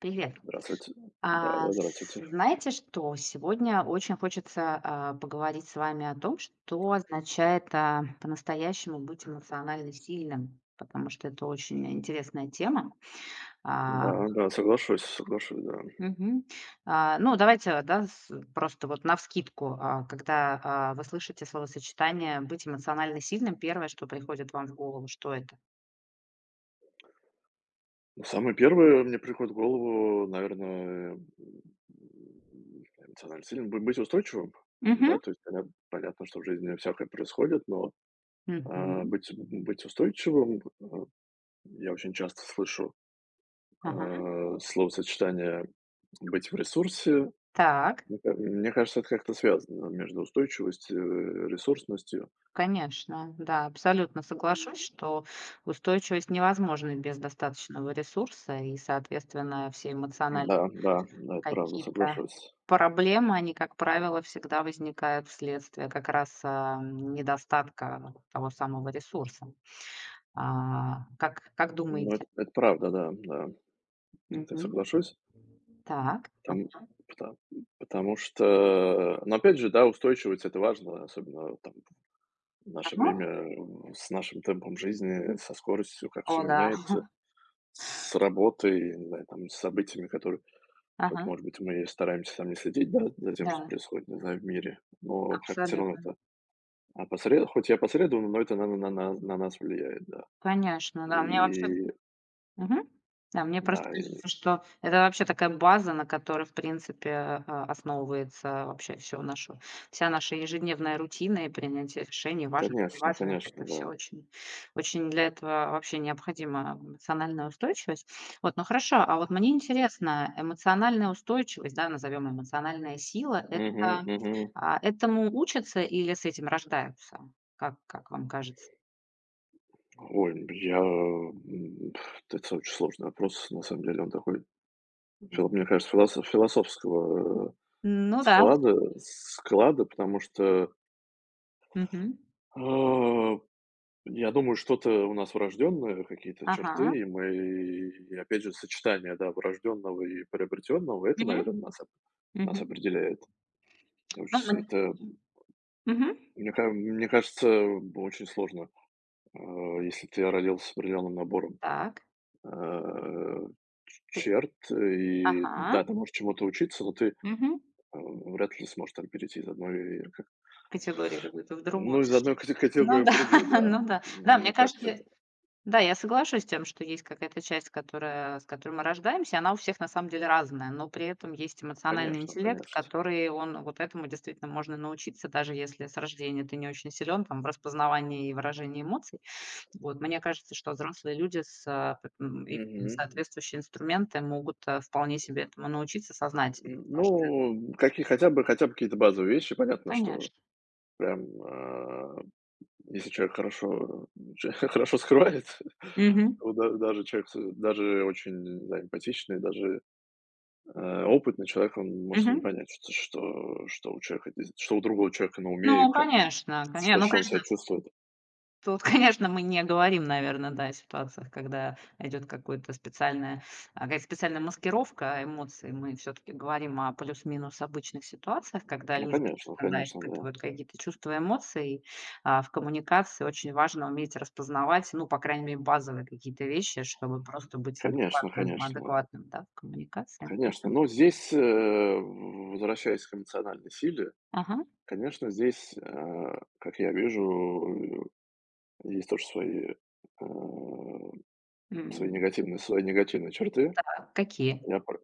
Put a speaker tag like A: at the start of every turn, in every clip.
A: Привет.
B: Здравствуйте. Да, да, здравствуйте.
A: Знаете что, сегодня очень хочется поговорить с вами о том, что означает по-настоящему быть эмоционально сильным, потому что это очень интересная тема. А,
B: Да, да, соглашусь, соглашусь, да.
A: мгм. Ну, давайте, да, просто вот навскидку, когда вы слышите словосочетание «быть эмоционально сильным», первое, что приходит вам в голову, что это?
B: Ну, самое первое мне приходит в голову, наверное, эмоционально сильно бы быть устойчивым.
A: Мгм.
B: Да, то есть понятно, что в жизни всякое происходит, но а,
A: Мгм.
B: быть быть устойчивым. Я очень часто слышу
A: Ага.
B: словосочетание "быть в ресурсе".
A: Так.
B: Мне кажется, это как-то связано между устойчивостью и ресурсностью.
A: Конечно, да, абсолютно соглашусь, что устойчивость невозможна без достаточного ресурса, и, соответственно, все эмоциональные
B: Да, да, да, это правда,
A: какие-то
B: соглашусь.
A: проблемы, они, как правило, всегда возникают вследствие как раз недостатка того самого ресурса. Как
B: Ну,
A: думаете?
B: это правда, да, да. Вот я
A: Мгм.
B: соглашусь.
A: Так.
B: Там пта потому что, но опять же, да, устойчивость - это важно, особенно там в наше
A: Ага.
B: время, с нашим темпом жизни, со скоростью, как
A: О,
B: все
A: да.
B: меняется, с работой, не знаю, там, с событиями, которые хоть,
A: Ага.
B: может быть, мы и стараемся там не следить, да, за тем, что
A: Да,
B: происходит, не знаю, в мире, но как-то всё равно
A: абсолютно.
B: это опосредо хоть и опосредованно, но это на нас влияет, да.
A: Конечно, да. Мне вообще
B: И
A: Мгм. Да, мне просто
B: да, и
A: кажется, что это вообще такая база, на которой, в принципе, основывается вообще все наше вся наша ежедневная рутина и принятие решений, важных,
B: конечно,
A: важно
B: конечно,
A: это
B: да.
A: все очень очень для этого вообще необходима эмоциональная устойчивость. Вот, ну хорошо, а вот мне интересно, эмоциональная устойчивость, да, назовем эмоциональная сила,
B: Мгм,
A: это,
B: мгм.
A: этому учатся или с этим рождаются? Как вам кажется?
B: Ой, это очень сложный вопрос, на самом деле, он такой,
A: М,
B: мне кажется, философского
A: ну да.
B: склада, потому что
A: Мгм.
B: э, я думаю, что-то у нас врожденное, какие-то
A: Ага.
B: черты, и опять же, сочетание, да, врожденного и приобретенного, это, наверное, нас
A: Мгм.
B: определяет. Потому
A: Ну, мы
B: что это,
A: Мгм.
B: мне кажется, очень сложно, э, если ты родился с определенным набором
A: Так.
B: э,
A: П
B: черт, и
A: Ага.
B: да, ты можешь чему-то учиться, но ты
A: Мгм.
B: вряд ли сможешь там перейти из одной, э, как
A: Категория как будто в другую.
B: ну, из одной кате категории
A: Ну
B: в
A: да,
B: другую, да.
A: ну да. Да,
B: Мне
A: мне
B: кажется,
A: кажется
B: это.
A: Да, я соглашусь с тем, что есть какая-то часть, которая, с которой мы рождаемся, она у всех на самом деле разная, но при этом есть эмоциональный
B: Конечно,
A: интеллект,
B: конечно.
A: который он вот этому действительно можно научиться, даже если с рождения ты не очень силен там в распознавании и выражении эмоций. Вот, мне кажется, что взрослые люди с имея
B: Мгм.
A: соответствующие инструменты могут вполне себе этому научиться сознательно. Потому что
B: Ну, какие хотя бы какие-то базовые вещи. Понятно, что
A: Конечно.
B: прям, если человек хорошо хорошо скрывает,
A: Мгм.
B: то да, даже человек с даже очень, не знаю, эмпатичный, даже опытный человек, он может и не
A: Мгм.
B: понять, что у человека здесь, что у другого человека на
A: Ну,
B: уме и как
A: конечно,
B: что
A: ну,
B: что он
A: конечно,
B: себя чувствует.
A: тут, конечно, мы не говорим, наверное, да, о ситуациях, когда идет какое-то специальное какая-то специальная маскировка эмоций. Мы все-таки говорим о плюс-минус обычных ситуациях, когда
B: Ну,
A: люди
B: конечно,
A: просто, да,
B: конечно, да.
A: испытывают какие-то чувства, эмоции. В коммуникации очень важно уметь распознавать, ну, по крайней мере, базовые какие-то вещи, чтобы просто быть
B: Конечно,
A: адекватным,
B: конечно,
A: адекватным, да, в коммуникации.
B: конечно. Но здесь, возвращаясь к эмоциональной силе,
A: Ага.
B: конечно, здесь, как я вижу, есть тоже э, свои
A: М.
B: негативные свои негативные черты.
A: А какие?
B: Я пр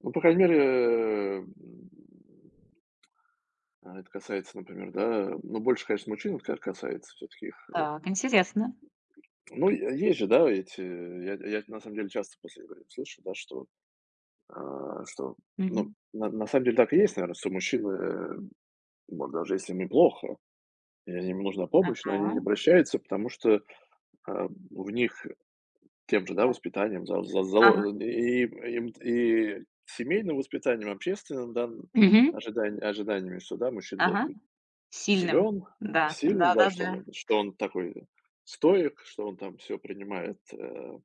B: Ну, по крайней мере, это касается, например, да, ну, больше, конечно, мужчин это ка касается все таки их.
A: Так, интересно.
B: Ну, е есть же, да, эти, я на самом деле часто после игры слышу, да, что, ну,
A: Мгм.
B: на самом деле так и есть, наверное, что мужчины, вот даже если им и плохо, и им нужна помощь, но они
A: Ага,
B: не обращаются, потому что, в них тем же, да,
A: да.
B: воспитанием за за
A: Ага.
B: зало и им, и семейным воспитанием, общественным, да,
A: Мгм.
B: ожиданиями, что, да, мужчина
A: Ага.
B: должен быть
A: Сильным.
B: силен,
A: Да,
B: сильным, да, что
A: да-да-да.
B: он такой стоик, что он там все принимает, э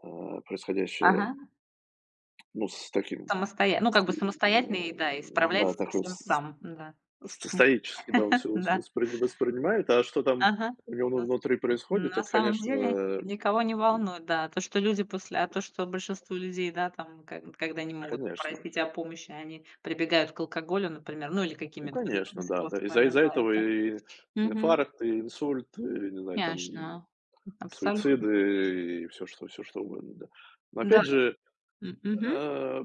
B: а, происходящее,
A: Ага.
B: ну, с таким,
A: Самостоя ну,
B: с,
A: как
B: э,
A: бы самостоятельный, да, и
B: м,
A: справляется
B: да,
A: со
B: такой
A: всем
B: с
A: сам, да.
B: с стоически, да, он всё
A: Да.
B: воспринимает. А что там
A: Ага.
B: у него
A: Нас
B: внутри происходит,
A: на
B: это,
A: самом деле
B: конечно,
A: никого не волнует, да, то, что люди после то, что большинство людей, да, там, ко когда не могут
B: конечно,
A: попросить о помощи, они прибегают к алкоголю, например, ну, или
B: ну,
A: какими-то другими
B: конечно, да, да. Из-за
A: способами,
B: из-за
A: да,
B: этого
A: это
B: и
A: Мгм.
B: инфаркт, и инсульт, и, не знаю, там,
A: Конечно, абсолютно.
B: суициды, и все что угодно, да. Но
A: Да.
B: опять же,
A: Мгм.
B: э,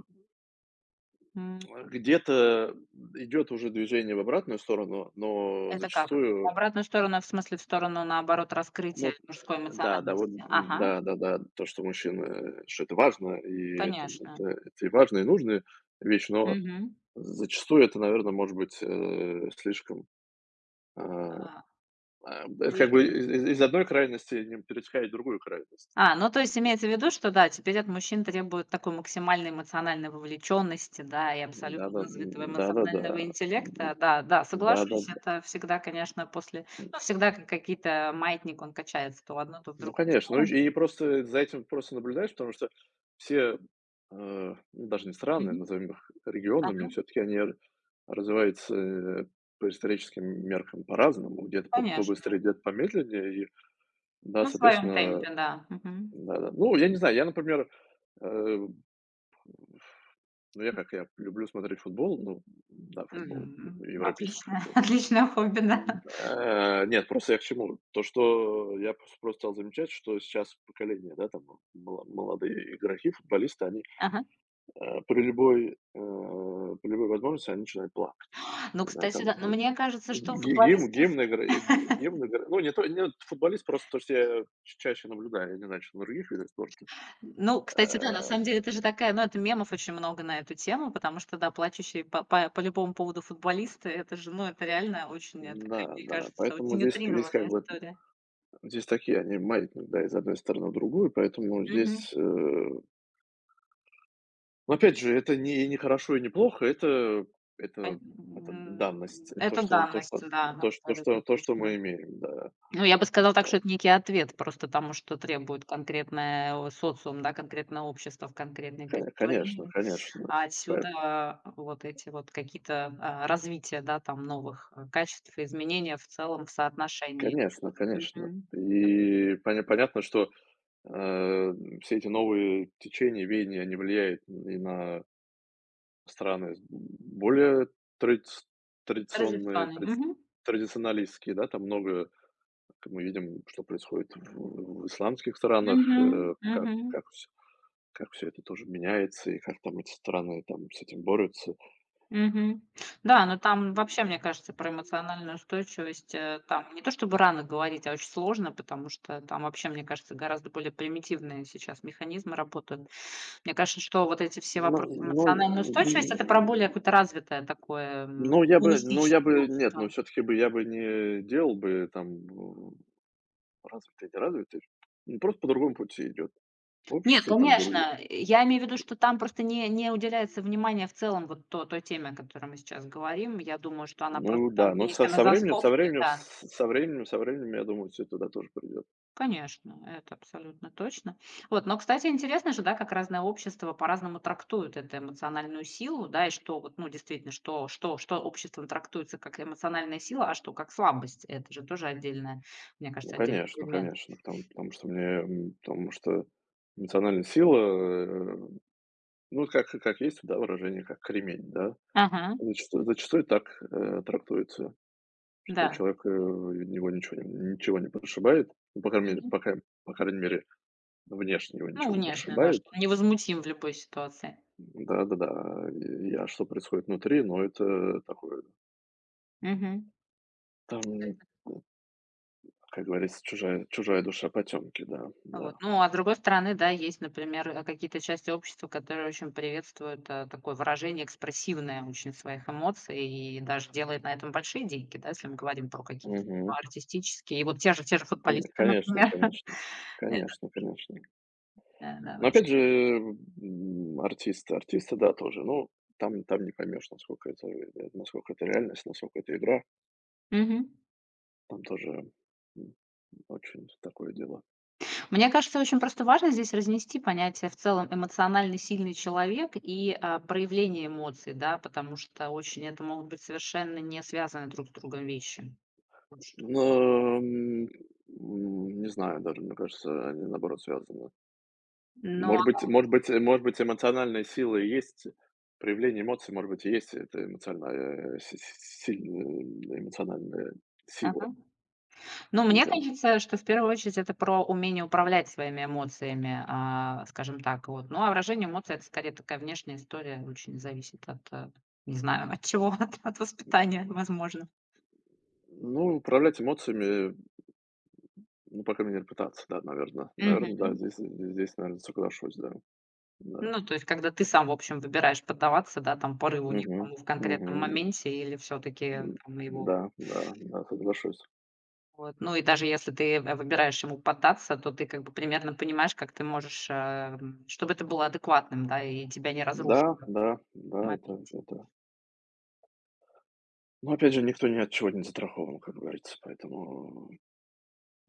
A: М.
B: где-то идет уже движение в обратную сторону, но
A: Это как? В
B: зачастую,
A: обратную сторону, в смысле, в сторону, наоборот, раскрытия
B: но.
A: мужской
B: Да, да, вот,
A: эмоциональности? Ага,
B: да-да-да, то, что мужчина, что это важно, и там
A: конечно.
B: это и важная, и нужная вещь, но
A: Мгм.
B: зачастую это, наверное, может быть, слишком, а,
A: А,
B: это
A: лиш
B: как бы из одной крайности не перетекает в другую крайность.
A: А, ну, то есть имеется в виду, что да, теперь от мужчин требуют такой максимальной эмоциональной вовлеченности, да, и абсолютно
B: Да-да,
A: развитого
B: да-да-да,
A: эмоционального интеллекта. Да, да, соглашусь,
B: да-да-да.
A: это всегда, конечно, после ну, всегда как какие-то маятник, он качается то в одну, то в
B: Ну,
A: другую
B: конечно. Ну,
A: сторону.
B: и просто за этим просто наблюдаешь, потому что все, ну, даже не страны,
A: Мгм.
B: назовем их регионами,
A: Ага,
B: все-таки они развиваются по историческим меркам по-разному, где-то
A: конечно.
B: побыстрее, где-то помедленнее. И, да,
A: Ну, в своем
B: соответственно,
A: темпе, да. Мгм.
B: да, да. Ну, я не знаю, я, например, э, ну, я люблю смотреть футбол, ну, да, футбол, европейский
A: Отлично,
B: футбол.
A: отличное хобби, да.
B: Нет, просто я к чему? То, что я просто стал замечать, что сейчас поколение, да, там, молодые игроки, футболисты, они,
A: Ага.
B: э, при любой, э, при любой возможности они начинают плакать.
A: Ну,
B: Не знаю,
A: кстати,
B: там,
A: да. Но
B: э,
A: мне кажется, что у
B: ги гимн
A: футболистов
B: гимн игра, э, ги гимн игра, ну, не то не вот футболист, просто то, что я ч чаще наблюдаю, я не знаю, что на других видах спорта.
A: Ну, кстати, да, на
B: Э,
A: самом деле это же такая, ну, это мемов очень много на эту тему, потому что, да, плачущие по любому поводу футболисты, это же, ну, это реально очень, такая,
B: да,
A: мне
B: да,
A: кажется,
B: поэтому
A: очень
B: здесь как
A: утрированная
B: бы,
A: история.
B: здесь такие они маятник, да, из одной стороны в другую, поэтому
A: Мгм.
B: здесь, э. Но опять же, это не хорошо и не плохо, это
A: Пон
B: это это
A: м,
B: данность. Это
A: это данность, да,
B: то,
A: абсолютно
B: что то, что
A: точно.
B: мы имеем, да.
A: Ну, я бы сказала так, что
B: Вот.
A: это некий ответ просто тому, что требует конкретное о социум, да, конкретное общество в конкретный период
B: Конечно,
A: времени.
B: конечно.
A: А
B: По
A: отсюда вот эти вот какие-то, развития, да, там новых, качеств и изменения в целом в соотношении.
B: Конечно, конечно.
A: Мгм.
B: И понятно, что, э, все эти новые течения, веяния, они влияют и на страны более традиц традиционные,
A: Традиционный.
B: традиц
A: Мгм.
B: традиционалистские, да. Там много, как мы видим, что происходит в исламских странах,
A: Мгм.
B: как
A: Мгм.
B: как. Как все это тоже меняется и как там эти страны там с этим борются.
A: Мгм. Да, но там вообще, мне кажется, про эмоциональную устойчивость, там не то чтобы рано говорить, а очень сложно, потому что там вообще, мне кажется, гораздо более примитивные сейчас механизмы работают. Мне кажется, что вот эти все
B: Но
A: вопросы
B: но я
A: эмоциональной устойчивости это про более какое-то развитое такое,
B: но я
A: коммунистическое
B: бы нет, но
A: общество.
B: все таки бы я бы не делал бы там в развитые, неразвитые. Ну, просто по другому пути идет.
A: Нет,
B: Общество там другие.
A: конечно, я имею в виду, что там просто не уделяется внимания в целом вот то той теме, о которой мы сейчас говорим. Я думаю, что она просто
B: Ну
A: там
B: да, но со
A: вынесена за
B: со
A: скобки,
B: временем с
A: да.
B: со временем, я думаю, все туда тоже придет.
A: Конечно, это абсолютно точно. Вот, но, кстати, интересно же, да, как разное общество по-разному трактует эту эмоциональную силу, да, и что вот, ну, действительно, что обществом трактуется как эмоциональная сила, а что как слабость. Это же тоже отдельная, мне
B: Ну
A: кажется, отдельный
B: конечно,
A: предмет.
B: конечно, потому что мне, потому что эмоциональная сила, ну, как есть, да, выражение, как кремень, да?
A: Ага,
B: Зачастую так, трактуется, что
A: да.
B: человек, его ничего не прошибает. Ну, по крайней мере,
A: Мгм.
B: по крайней мере, внешне его
A: Ну,
B: ничего не
A: внешне, да, что
B: прошибает.
A: он невозмутим в любой ситуации.
B: Да-да-да, и а что происходит внутри, ну, это такое,
A: Мгм.
B: там, ну, как говорится, чужая душа потемки, да, да.
A: Вот. Ну, а с другой стороны, да, есть, например, какие-то части общества, которые очень приветствуют, такое выражение экспрессивное очень своих эмоций и даже делает на этом большие деньги, да, если мы говорим про какие-то
B: Мгм.
A: артистические. И вот те же
B: Коне
A: футболисты,
B: конечно
A: например.
B: конечно.
A: Это,
B: Конечно, конечно.
A: да,
B: Но
A: очень.
B: опять же, артисты, да, тоже. Ну, там не поймешь, насколько это реальность, насколько это игра.
A: Мгм.
B: Там тоже, м, очень такое дело.
A: Мне кажется, очень просто важно здесь разнести понятие в целом эмоционально сильный человек и, проявление эмоций, да, потому что очень это могут быть совершенно не связанные друг с другом вещи. Вот что.
B: Но, не знаю даже, мне кажется, они, наоборот, связаны.
A: Но,
B: Может быть, эмоциональная сила и есть проявление эмоций, может быть, и есть эта эмоциональная, э, си си сильная эмоциональная сила.
A: а Ну,
B: Не
A: мне
B: знаю.
A: кажется, что в первую очередь это про умение управлять своими эмоциями, скажем так. Вот. Ну, а выражение эмоций это скорее такая внешняя история, очень зависит от, не знаю, от чего, от, от воспитания, возможно.
B: Ну, управлять эмоциями, ну, по крайней мере, пытаться, да, наверно. Наверно, да,
A: Мгм.
B: здесь, наверно, соглашусь, да, да.
A: Ну, то есть, когда ты сам, в общем, выбираешь поддаваться, да, там, порыву
B: Мгм,
A: некому в конкретном
B: мгм.
A: моменте или все-таки
B: М,
A: его...
B: да, да, да, соглашусь.
A: Вот. Ну, и даже если ты выбираешь ему поддаться, то ты как бы примерно понимаешь, как ты можешь, чтобы это было адекватным, да, и тебя не
B: Да,
A: разрушило
B: да,
A: в
B: да, это
A: моменте.
B: это Но опять же, никто ни от чего не застрахован, как говорится, поэтому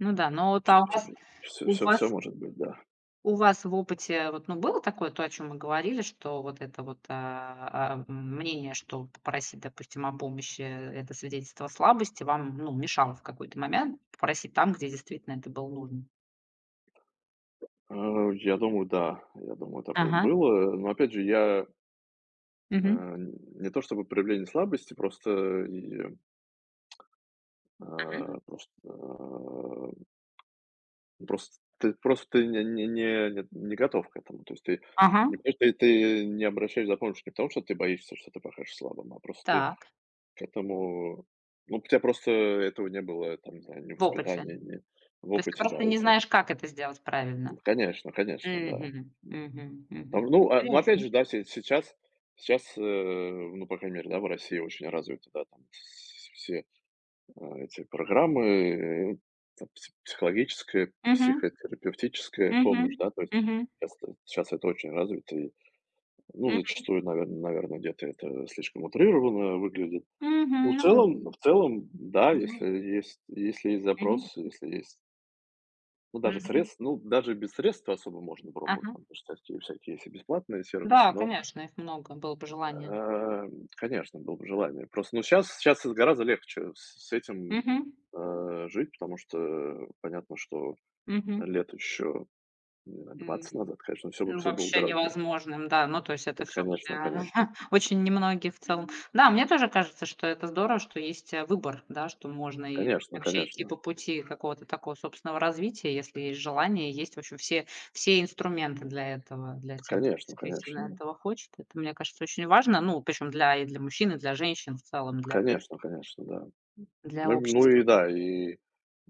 A: Ну да,
B: все,
A: у вас
B: все,
A: у
B: все всё
A: вас
B: может быть, да.
A: у вас в опыте вот, ну, было такое, то, о чем мы говорили, что вот это вот, мнение, что попросить, допустим, о помощи это свидетельство слабости, вам, ну, мешало в какой-то момент попросить там, где действительно это было нужно?
B: А, я думаю, да, я думаю, такое
A: Ага.
B: было. Но опять же,
A: Мгм.
B: не то чтобы проявление слабости, просто и,
A: Мгм.
B: а, просто, просто ты не готов к этому. То есть ты
A: Ага.
B: не то, что ты не обращаешь за помощью не потому, что ты боишься, что ты покажешь слабым, а просто ты.
A: Так.
B: Поэтому, ну, у тебя просто этого не было, там, не знаю, ни в
A: В опыте.
B: ни в
A: То есть ты
B: опыте, да,
A: просто не
B: если.
A: знаешь, как это сделать правильно.
B: Конечно, конечно, да.
A: Мгм. Мгм.
B: Там,
A: Мгм.
B: ну, ну, опять
A: Интересно.
B: же, да, се сейчас сейчас, ну, по крайней мере, да, в России очень развиты, да, там вс все, эти программы, э, там психологическая,
A: Мгм.
B: психотерапевтическая
A: Мгм.
B: помощь, да, то есть
A: Мгм.
B: сейчас это очень развито и, ну,
A: Мгм.
B: зачастую, наверное где-то это слишком утрированно выглядит. Ну,
A: Мгм.
B: в
A: Ну
B: целом в целом, да,
A: да.
B: если есть
A: Мгм.
B: запрос, если есть, ну, даже
A: Мгм.
B: средств, ну, даже без средств особо можно пробовать,
A: Ага.
B: там, потому что всякие есть и бесплатные сервисы,
A: Да,
B: но,
A: конечно, их много, было бы желание.
B: э, конечно, было бы желание. Просто, ну, сейчас это гораздо легче с этим,
A: Мгм.
B: э, жить, потому что понятно, что
A: Мгм.
B: лет еще, не знаю, 20
A: М,
B: назад, конечно, все бы
A: ну,
B: всё было
A: вообще
B: гораздо.
A: невозможным, да. Ну, то есть это все были
B: Конечно, конечно.
A: очень немногие в целом. Да, мне тоже кажется, что это здорово, что есть, выбор, да, что можно и
B: Конечно,
A: вообще идти
B: конечно.
A: по пути какого-то такого собственного развития, если есть желание, есть вообще все инструменты для этого, для тех, кто
B: Конечно,
A: действительно
B: конечно.
A: этого хочет. Это, мне кажется, очень важно. Ну, причем для и для мужчин, и для женщин в целом,
B: Конечно, конечно, да.
A: для
B: Ну
A: общества.
B: и да, и.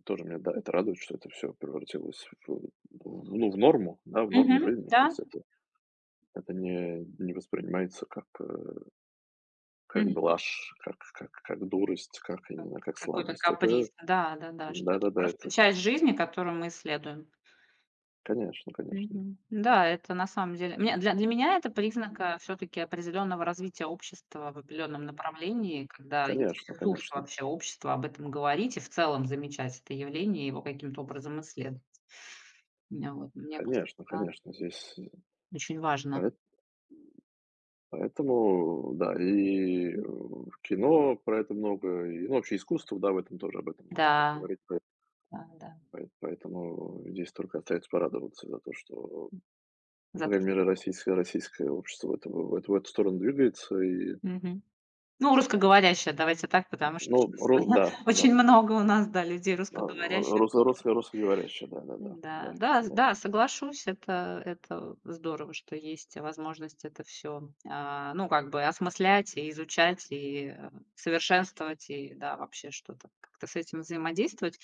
B: Тоже меня, да, это радует, что это все превратилось в норму, да, в норму
A: Мгм.
B: жизни. То
A: Да.
B: есть это не воспринимается как, как блажь, как дурость, как, я не знаю, как
A: Какой-то
B: слабость.
A: каприз.
B: Это
A: Да, да-да, что это
B: да-да-да,
A: просто
B: это
A: часть жизни, которую мы исследуем.
B: конечно, конечно.
A: Мгм. Да, это на самом деле мне для меня это признак, все таки определенного развития общества в определенном направлении, когда есть
B: Конечно,
A: ресурс
B: конечно.
A: вообще общества об этом говорить и в целом замечать это явление, и его каким-то образом исследовать. Вот мне кажется,
B: Конечно,
A: да,
B: конечно. Здесь,
A: очень важно.
B: поэт поэтому, да, и, в кино про это много, и, ну, вообще искусство, да, в этом тоже об этом много
A: Да,
B: много говорит. Поэ
A: да-да.
B: поэ поэтому здесь только остается порадоваться за то, что. Ну,
A: За
B: по
A: то,
B: крайней
A: что
B: мере, российское общество в эту сторону двигается. И,
A: мгм. Ну, русскоговорящая, давайте так, потому что
B: ну,
A: щас
B: ро да, да,
A: очень много у нас, да, людей русскоговорящих,
B: рус
A: которые
B: русско русскоговорящая, да-да-да, да,
A: да,
B: да.
A: да, с
B: Да,
A: да, соглашусь, это здорово, что есть возможность это все, ну, как бы осмыслять и изучать, и, совершенствовать, и, да, вообще что-то как-то с этим взаимодействовать.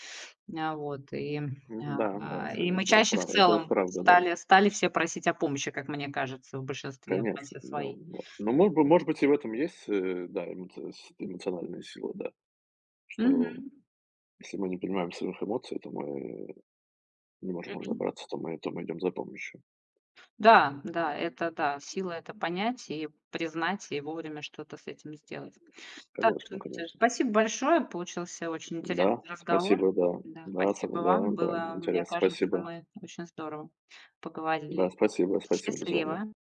A: А, вот, и,
B: да. Мгм, да, да, с
A: и мы
B: пра
A: чаще в
B: прав это
A: целом
B: правда, да.
A: стали все просить о помощи, как мне кажется, в большинстве, в
B: Конечно,
A: массе
B: да,
A: своей.
B: да. Но, может быть, и в этом есть, да, эмоциональная сила, да. Что
A: Мгм.
B: если мы не понимаем своих эмоций, то мы не можем
A: Мгм.
B: разобраться, то мы идем за помощью.
A: Да, да, это да, сила это понять и признать, и вовремя что-то с этим сделать. Так,
B: Конечно,
A: слушайте,
B: конечно.
A: спасибо большое, получился очень
B: Да,
A: интересный разговор.
B: спасибо, да.
A: Да,
B: Да,
A: спасибо
B: сог да,
A: вам,
B: да,
A: было, мне
B: интересно,
A: кажется,
B: спасибо.
A: мы очень здорово поговорили.
B: Да, спасибо, спасибо, до свидания.
A: Счастливо.